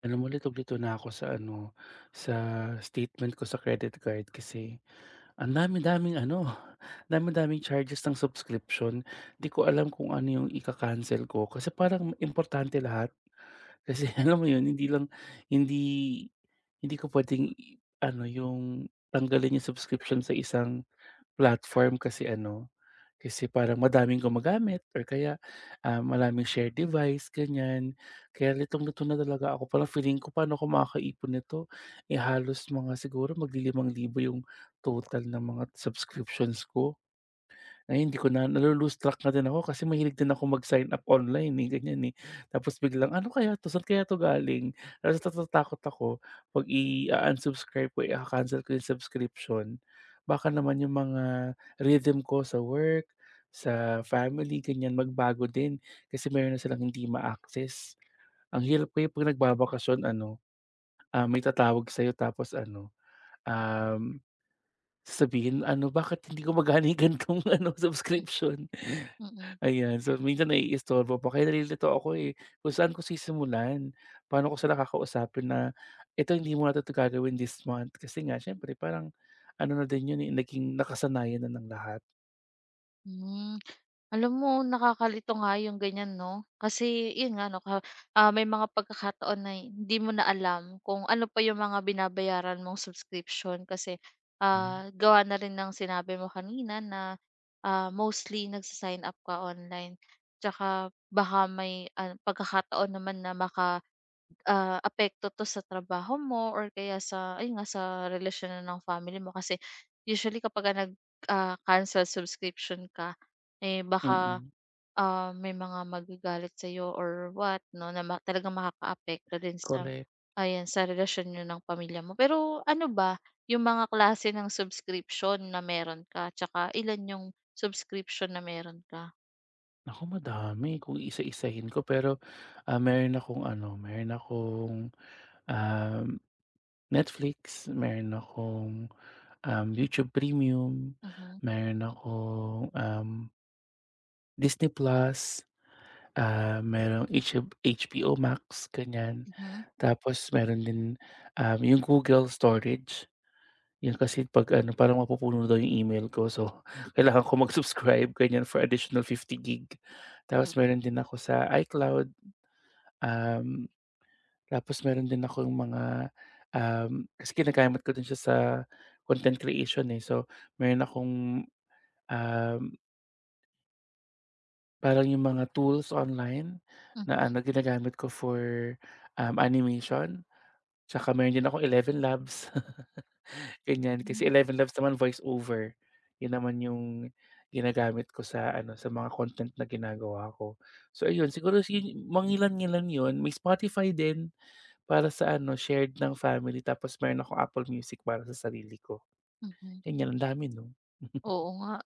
Alam mo, litong-lito na ako sa ano, sa statement ko sa credit card kasi ang dami-daming ano, dami-daming charges ng subscription. 'Di ko alam kung ano yung ika-cancel ko kasi parang importante lahat. Kasi alam mo yun, hindi lang, hindi hindi ko puwedeng ano, yung tanggalin yung subscription sa isang platform kasi parang madaming gumagamit or kaya, maraming shared device, ganyan. Kaya litong-lito na talaga ako, parang feeling ko, "Paano ako makakaipon nito?" Eh, halos mga siguro magli-5,000 yung total ng mga subscriptions ko. Ay, hindi ko na nalo-lose track na din ako kasi mahilig din ako mag-sign up online, eh, ganyan, eh. Tapos biglang, "Ano kaya 'to, saan kaya 'to galing?" Tapos natatakot ako 'pag i unsubscribe ko, ika-cancel ko yung subscription, baka naman yung mga rhythm ko sa work, sa family, ganyan, magbago din kasi meron na silang hindi ma-access. Ang hirap kaya 'pag nagbabakasyon ano, may tatawag sa'yo tapos ano, um sasabihin ano, "Bakit hindi gumagana yung ganitong ano, subscription?" Mm, Ayan, so minsan naiistorbo pa kaya nalilito ako, eh, kung saan ko sisimulan? Paano ko sila kakausapin na, ito hindi mo na 'to gagawin this month." Kasi nga siyempre parang ano na din 'yun, eh, naging nakasanayan na ng lahat. hmm. Alam mo, nakakalito nga yung ganyan 'no, kasi yun nga 'no, may mga pagkakataon na hindi mo na alam kung ano pa yung mga binabayaran mong subscription kasi, Hmm. Mm. Gawa na rin ng sinabi mo kanina, na mostly nagsa up ka online. Tsaka baka may, pagkakataon naman na apekto 'to sa trabaho mo, or kaya sa ayun nga, sa relasyon na ng family mo. Kasi usually kapagka cancel subscription ka, eh, baka, Mm-mm. May mga magagalit sa'yo or what 'no, na talagang makakaapekto din sa Correct. ayan, sa relasyon niyo ng pamilya mo. Pero ano ba yung mga klase ng subscription na meron ka, tsaka ilan yung subscription na meron ka? Naku, madami kung isa-isahin ko pero, meron akong ano, meron akong, um Netflix, meron akong, YouTube Premium, Mhm, meron akong, Disney Plus, merong HBO Max, ganyan. mhm, Tapos meron din, yung Google Storage, yun kasi 'pag ano parang mapupuno daw yung email ko, so kailangan ko mag-subscribe ganyan for additional 50 gig. Tapos meron din ako sa iCloud, um tapos meron din akong mga, kasi ginagamit ko din siya sa content creation, eh. So, meron akong, um, parang yung mga tools online hmm, na ano, ginagamit ko for, animation. Tsaka meron din akong eleven Labs ganyan. Kasi mhm, Eleven Labs naman voiceover. Yun naman yung ginagamit ko sa ano, sa mga content na ginagawa ko. So ayun, siguro si mangilan-ngilan yun. May Spotify din. Para sa ano, shared ng family, tapos meron akong Apple Music para sa sarili ko. mhm. Ganyan, ang dami 'no? Oo nga.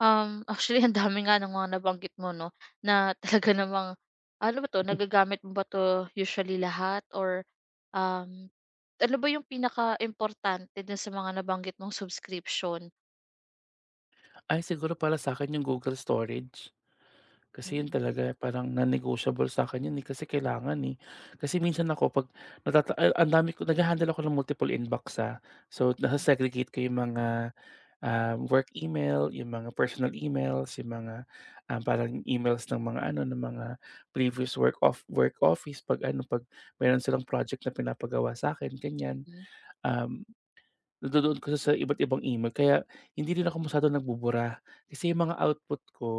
Actually ang dami nga ng mga nabanggit mo 'no, na talaga namang ano ba 'to, nagagamit mo ba 'to usually lahat, or um, ano ba yung pinakaimportante dun sa mga nabanggit mong subscription? Ay, siguro para sa akin yung Google Storage. Kasi yun Mm, talaga parang non-negotiable sa akin yun, eh, kasi kailangan, eh. Kasi minsan ako 'pag natata a ang dami ko, nagha-handle ako ng multiple inbox, So, nasa-segregate ko yung mga work email, yung mga personal emails, yung mga, parang emails ng mga ano, ng mga previous work office 'pag ano, 'pag meron silang project na pinapagawa sa akin, ganyan. mm. Um Nadodoon kasi sa iba't ibang email kaya hindi rin ako masyadong nagbubura. Kasi yung mga output ko,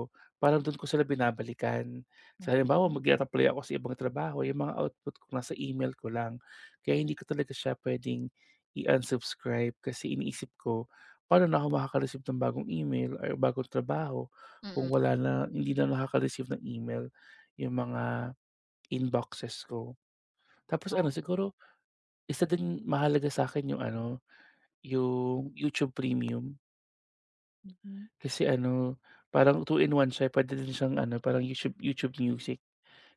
parang dun ko sila binabalikan. Sa halimbawa mag-i-apply ako sa ibang trabaho, yung mga output ko nasa email ko lang. Kaya hindi ko talaga siya puwedeng i-unsubscribe kasi iniisip ko, paano na ako makaka-receive ng bagong email or bagong trabaho kung Mm. wala na, hindi na nakaka-receive ng email yung mga inboxes ko. Tapos ano, Ah, siguro isa din mahalaga sa akin yung ano, yung YouTube Premium mhm. kasi ano, parang two in one siya, eh, din siyang ano, parang YouTube YouTube Music.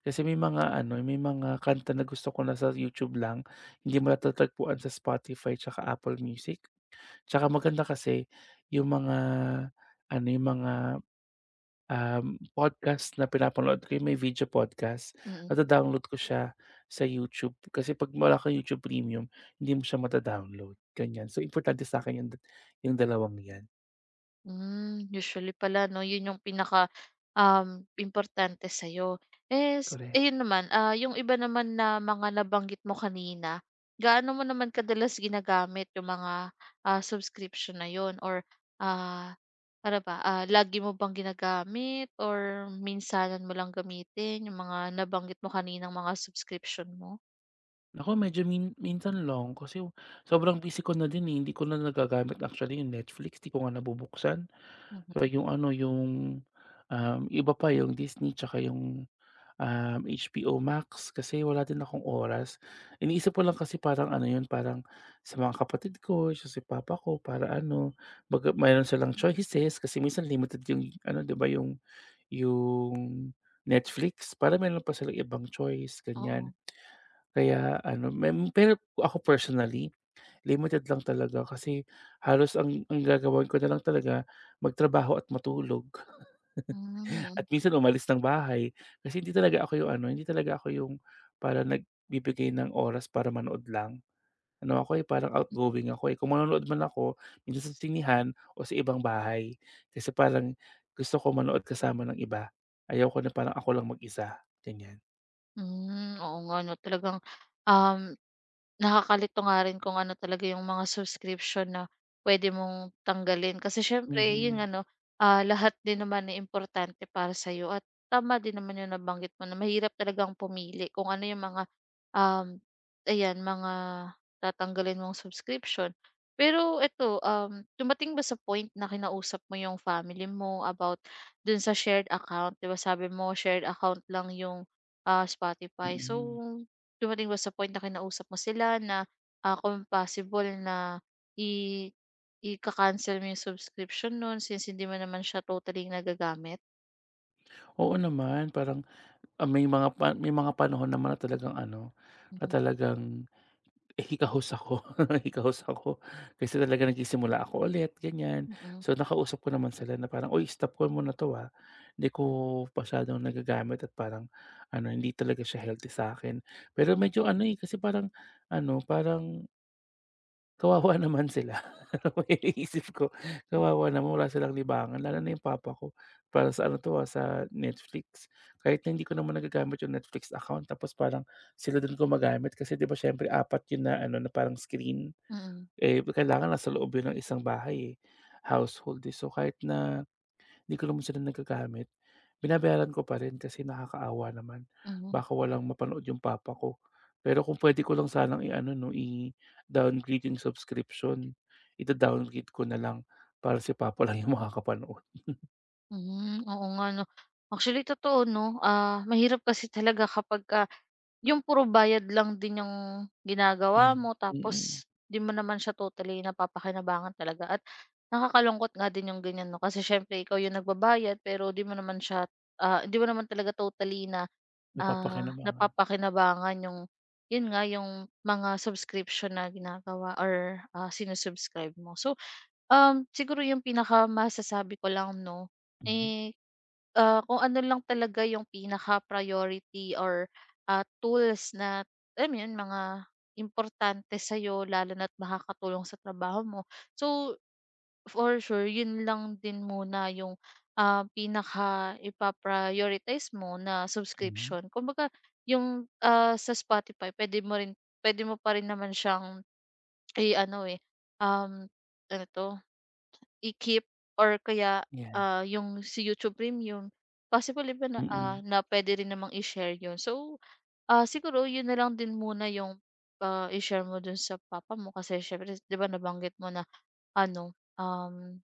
Kasi may mga ano, may mga kanta na gusto ko na sa YouTube lang, hindi mo natatagpuan sa Spotify tsaka Apple Music. Tsaka maganda kasi yung mga ano, yung mga, um, podcast na pinapanood ko, yung may video podcast, Mm, mm. nada-download ko siya sa YouTube. Kasi 'pag wala kang YouTube Premium, hindi mo siya mada-download, ganyan. So, importante sa akin yung dalawang 'yan, Hmm, usually pala 'no, 'yun yung pinaka, importante sa'yo. Es korek. yun naman, ah, yung iba naman na mga nabanggit mo kanina, gaano mo naman kadalas ginagamit yung mga, subscription na 'yun, or ah, ano ba, lagi mo bang ginagamit or minsanan mo lang gamitin yung mga nabanggit mo kaninang mga subscription mo? Naku, medyo minsan lang kasi sobrang busy ko na din, eh, hindi ko na nagagamit actually yung Netflix, 'di ko nga nabubuksan. So Mhm, yung ano, yung, iba pa yung Disney tsaka yung, HBO Max kasi wala din akong oras. Iniisip ko lang kasi parang ano yun, parang sa mga kapatid ko, sa si papa ko para ano, baga mayroon silang choices kasi minsan limited yung ano, 'di ba, yung yung Netflix para meron pa silang ibang choice, oo. ganyan. Kaya ano, pero ako personally, limited lang talaga kasi halos ang gagawin ko na lang talaga magtrabaho at matulog Hmm, at minsan umalis ng bahay. Kasi hindi talaga ako yung ano, hindi talaga ako yung parang nagbibigay ng oras para manood lang. Ano ako, eh, parang outgoing ako, eh. Kung manonood man ako, minsan sa sinihan o sa ibang bahay. Kasi parang gusto ko manood kasama ng iba. Ayaw ko na parang ako lang mag-isa, ganyan. hmm, oo nga 'no, talagang um nakakalito nga rin kung ano talaga yung mga subscription na pwede mong tanggalin. Kasi siyempre yun Mhm, nga 'no, lahat din naman ay importante para sa'yo, at tama din naman yung nabanggit mo na mahirap talagang pumili kung ano yung mga, um, ayan, mga tatanggalin mong subscription. Pero eto, dumating ba sa point na kinausap mo yung family mo about dun sa shared account? 'Di ba sabi mo shared account lang yung, Spotify? So mm. dumating ba sa point na kinausap mo sila na, kung possible na i i cancel mo yung subscription nun since hindi mo naman siya totally nagagamit? Oo naman, parang may mga may mga panahon naman na talagang ano, na Mhm, talagang hikahos ako, hikahos ako. Kasi talaga nagsisimula ako ulit, ganyan. mm, So, nakausap ko naman sila na parang, "Uy, stop ko muna 'to, ah. Hindi ko masyadong nagagamit at parang ano, hindi talaga siya healthy sa akin. Pero medyo ano, eh, kasi parang kawawa naman sila. Maiisip ko, kawawa naman, wala silang libangan, lalo na yung papa ko. Para sa ano 'to, sa Netflix. Kahit na hindi ko naman nagagamit yung Netflix account, tapos parang sila din gumagamit kasi 'di ba siyempre apat yun na ano, na parang screen. mm, Eh, kailangan nasa loob yun ng isang bahay, eh, household, eh. So, kahit na hindi ko naman sila nagagamit, binabayaran ko pa rin kasi nakakaawa naman. mhm, Baka walang mapanood yung papa ko. Pero kung puwede ko lang sanang i-ano 'no, i-downgrade yung subscription, ida-downgrade ko na lang para si papa lang yung makakapanood. mhm, oo nga 'no. Actually totoo 'no, ah, mahirap kasi talaga kapag yung puro bayad lang din yung ginagawa Ayan, mo, mm, tapos di mo naman siya totally napapakinabangan talaga, at nakakalungkot nga din yung ganyan 'no, kasi siyempre ikaw yung nagbabayad pero di mo naman siya, di mo naman talaga totally na, napapakinabangan. napapakinabangan yung yun nga, yung mga subscription na ginagawa, or sinu-subscribe mo. So, siguro yung pinaka masasabi ko lang 'no, Mhm, eh kung ano lang talaga yung pinaka-priority, or tools na alam mo yun, mga importante sa'yo lalo na't makakatulong sa trabaho mo. So for sure yun lang din muna yung, pinaka ipa mo na mhm, subscription. Kumbaga yung, sa Spotify puwede mo pa rin naman siyang i-ano, eh, um, ano 'to, i-keep, or kaya, 'yan, yung si YouTube Premium, possible 'di ba na, ah, mm, na puwede rin namang i-share yun. So, siguro yun na lang din muna yung, i-share mo dun sa papa mo kasi siyempre 'di ba nabanggit mo na ano, um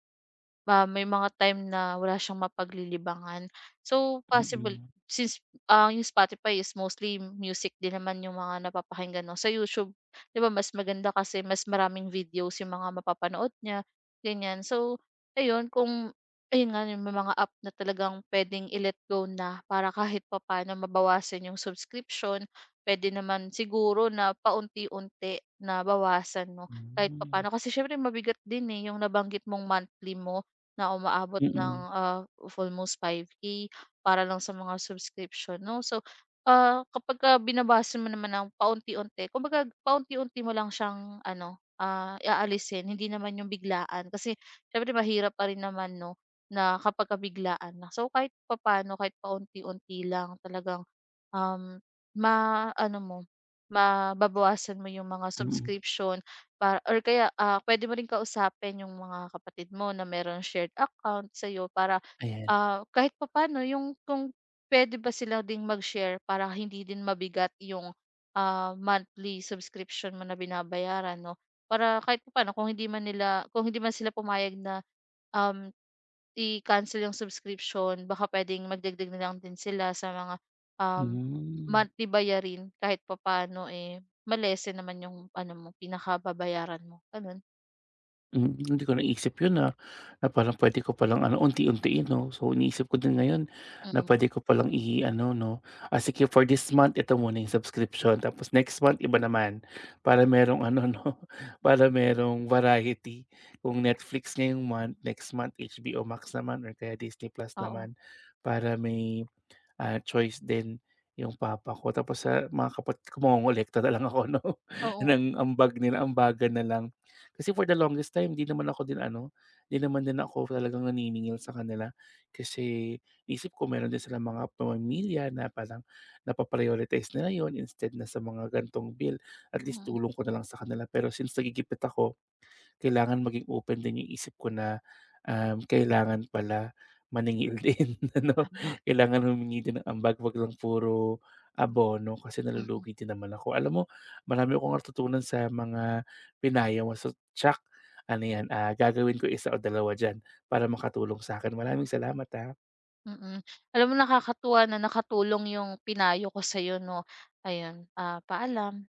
Ah, may mga time na wala siyang mapaglilibangan. So mm, possible mm. since, yung Spotify is mostly music din naman yung mga napapakinggan 'no. Sa YouTube, 'di ba mas maganda kasi mas maraming videos yung mga mapapanood niya, ganyan. So ayun, kung ayun nga, yung may mga app na talagang puwedeng i-let go na para kahit papaano mabawasan yung subscription. Pwede naman siguro na paunti-unti na bawasan 'no, kahit Hmm, papaano. Kasi siyempre mabigat din, eh, yung nabanggit mong monthly mo, na umaabot ng, mm, of almost 5K para lang sa mga subscription 'no. So, kapagka binabase mo naman ng paunti-unti, kumbaga paunti-unti mo lang siyang ano, aalisin, hindi naman yung biglaan. Kasi siyempre mahirap pa rin naman 'no, na kapagka biglaan na. So kahit papaano, kahit paunti-unti lang talagang Um, ma-ano mo, mababawasan mo yung mga mm, subscription, para, or kaya, pwede mo rin kausapin yung mga kapatid mo na meron shared account sa'yo, para ayan, kahit papaano yung, kung pwede ba sila ding mag-share para hindi din mabigat yung, monthly subscription mo na binabayaran 'no. Para kahit papaano, kung hindi man sila pumayag na, um i-cancel yung subscription, baka puwedeng magdagdag na lang din sila sa mga, um, hmm. monthly bayarin kahit papaano, eh, ma-lessen naman yung ano mo, pinakababayaran mo, gano'n. Hmm, hindi ko naisip yun, na na parang puwede ko palang ano, unti-untiin 'no. So, iniisip ko din ngayon na Mm, puwede ko palang i-ano 'no, sige for this month ito muna yung subscription tapos next month iba naman. Para merong ano 'no, para merong variety. Kung Netflix ngayong month, next month HBO Max naman or kaya Disney Plus oo. naman para may choice din yung papa ko. Tapos sa mga kumongolekta na lang ako 'no, Oo, ng ambag nila, ambagan na lang. Kasi for the longest time, 'di naman din ako talagang naniningil sa kanila. Kasi iniisip ko meron din silang mga pamilya na parang napa-prioritize nila yon instead na sa mga gantong bill, at least mm, tulong ko na lang sa kanila. Pero since nagigipit ako, kailangan maging open din yung isip ko na, kailangan pala maningil din ano, tama, kailangan humingi din ng ambag, 'wag lang puro abono kasi mm, nalulugi din naman ako. Alam mo, marami akong natutunan sa mga pinaya mo so tiyak ano 'yan, gagawin ko isa o dalawa diyan para makatulong sa sa'kin. Maraming salamat, ah. mm. Alam mo, nakakatuwa na nakatulong yung pinayo ko sa'yo 'no. Ayun, paalam.